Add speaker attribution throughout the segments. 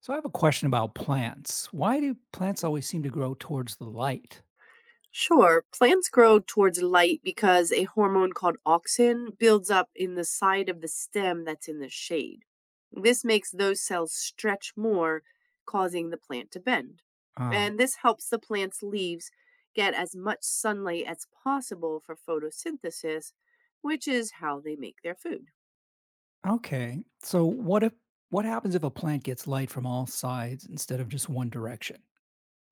Speaker 1: So I have a question about plants. Why do plants always seem to grow towards the light?
Speaker 2: Sure, plants grow towards light because a hormone called auxin builds up in the side of the stem that's in the shade. This makes those cells stretch more, causing the plant to bend.
Speaker 1: Ah,
Speaker 2: And this helps the plant's leaves get as much sunlight as possible for photosynthesis, which is how they make their food.
Speaker 1: okay. What happens if a plant gets light from all sides instead of just one direction?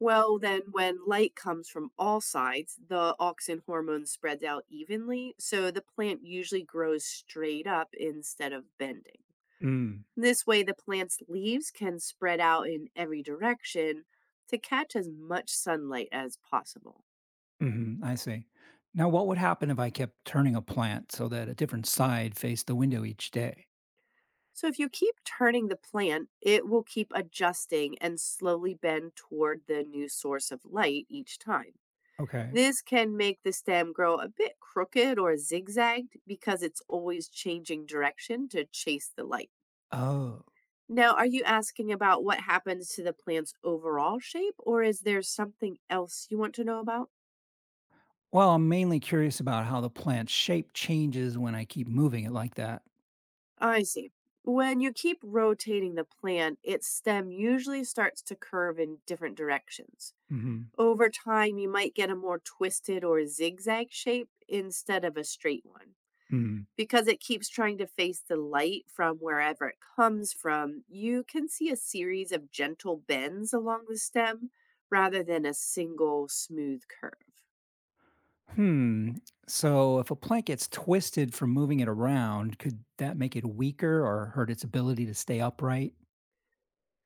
Speaker 2: Well, then, when light comes from all sides, the auxin hormone spreads out evenly, so the plant usually grows straight up instead of bending.
Speaker 1: Mm,
Speaker 2: This way, the plant's leaves can spread out in every direction to catch as much sunlight as possible.
Speaker 1: hmm, I see. Now, what would happen if I kept turning a plant so that a different side faced the window each day?
Speaker 2: So, if you keep turning the plant, it will keep adjusting and slowly bend toward the new source of light each time.
Speaker 1: Okay.
Speaker 2: This can make the stem grow a bit crooked or zigzagged because it's always changing direction to chase the light.
Speaker 1: Oh,
Speaker 2: Now, are you asking about what happens to the plant's overall shape, or is there something else you want to know about?
Speaker 1: well, I'm mainly curious about how the plant's shape changes when I keep moving it like that.
Speaker 2: I see. When you keep rotating the plant, its stem usually starts to curve in different directions.
Speaker 1: Mm-hmm.
Speaker 2: Over time, you might get a more twisted or zigzag shape instead of a straight one. Because it keeps trying to face the light from wherever it comes from, you can see a series of gentle bends along the stem rather than a single smooth curve.
Speaker 1: Hmm. So, if a plant gets twisted from moving it around, could that make it weaker or hurt its ability to stay upright?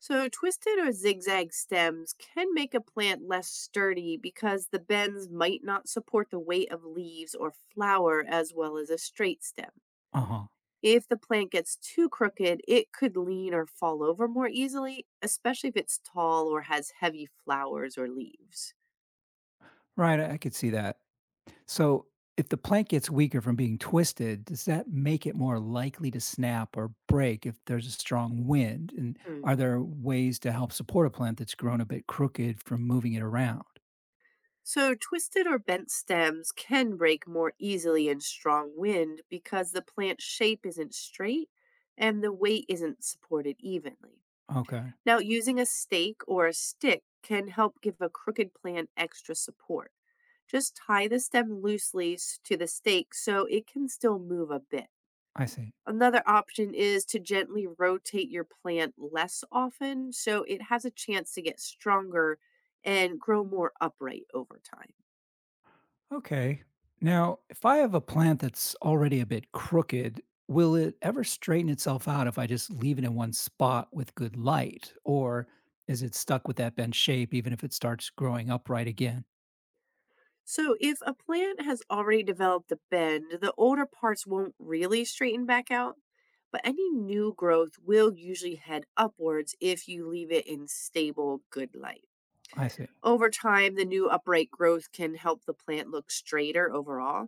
Speaker 2: So, twisted or zigzag stems can make a plant less sturdy because the bends might not support the weight of leaves or flower as well as a straight stem.
Speaker 1: Uh huh.
Speaker 2: If the plant gets too crooked, it could lean or fall over more easily, especially if it's tall or has heavy flowers or leaves.
Speaker 1: Right. I could see that. So, if the plant gets weaker from being twisted, does that make it more likely to snap or break if there's a strong wind? And
Speaker 2: Hmm.
Speaker 1: are there ways to help support a plant that's grown a bit crooked from moving it around?
Speaker 2: So, twisted or bent stems can break more easily in strong wind because the plant's shape isn't straight and the weight isn't supported evenly.
Speaker 1: Okay.
Speaker 2: Now, using a stake or a stick can help give a crooked plant extra support. Just tie the stem loosely to the stake so it can still move a bit.
Speaker 1: I see.
Speaker 2: Another option is to gently rotate your plant less often so it has a chance to get stronger and grow more upright over time.
Speaker 1: Okay. Now, if I have a plant that's already a bit crooked, will it ever straighten itself out if I just leave it in one spot with good light? Or is it stuck with that bent shape even if it starts growing upright again?
Speaker 2: So, if a plant has already developed a bend, the older parts won't really straighten back out, but any new growth will usually head upwards if you leave it in stable, good light.
Speaker 1: I see.
Speaker 2: Over time, the new upright growth can help the plant look straighter overall.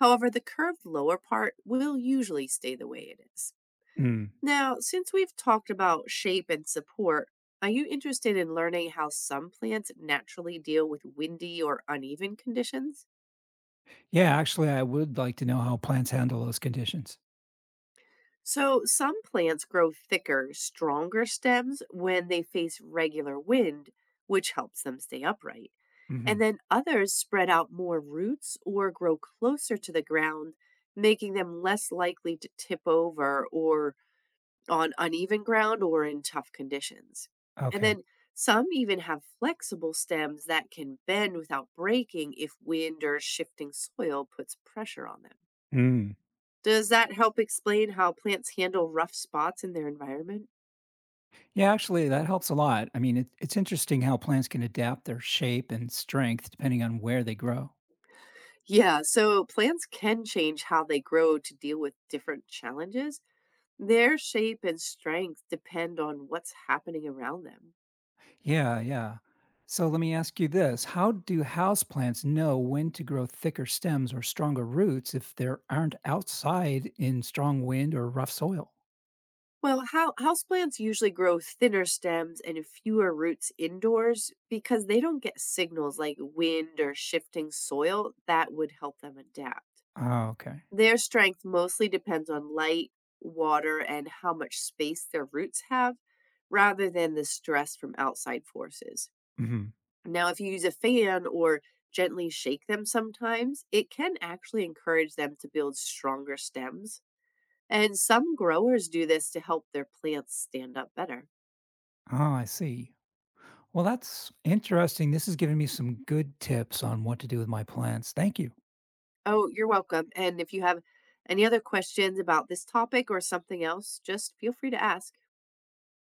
Speaker 2: However, the curved lower part will usually stay the way it is.
Speaker 1: Mm.
Speaker 2: Now, since we've talked about shape and support, are you interested in learning how some plants naturally deal with windy or uneven conditions?
Speaker 1: Yeah, actually, I would like to know how plants handle those conditions.
Speaker 2: So, some plants grow thicker, stronger stems when they face regular wind, which helps them stay upright. And
Speaker 1: Hmm.
Speaker 2: then others spread out more roots or grow closer to the ground, making them less likely to tip over or on uneven ground or in tough conditions. And
Speaker 1: Okay.
Speaker 2: then some even have flexible stems that can bend without breaking if wind or shifting soil puts pressure on them.
Speaker 1: Mm.
Speaker 2: Does that help explain how plants handle rough spots in their environment?
Speaker 1: Yeah, actually, that helps a lot. I mean, it's interesting how plants can adapt their shape and strength depending on where they grow.
Speaker 2: Yeah, so plants can change how they grow to deal with different challenges. Their shape and strength depend on what's happening around them.
Speaker 1: Yeah, yeah. So let me ask you this. How do houseplants know when to grow thicker stems or stronger roots if they aren't outside in strong wind or rough soil?
Speaker 2: Well, houseplants usually grow thinner stems and fewer roots indoors because they don't get signals like wind or shifting soil that would help them adapt.
Speaker 1: Oh, okay.
Speaker 2: Their strength mostly depends on light, water, and how much space their roots have, rather than the stress from outside forces.
Speaker 1: Hmm.
Speaker 2: Now, if you use a fan or gently shake them sometimes, it can actually encourage them to build stronger stems. And some growers do this to help their plants stand up better.
Speaker 1: Oh, I see. Well, that's interesting. This has given me some good tips on what to do with my plants. Thank you.
Speaker 2: Oh, you're welcome. And if you have any other questions about this topic or something else, just feel free to ask.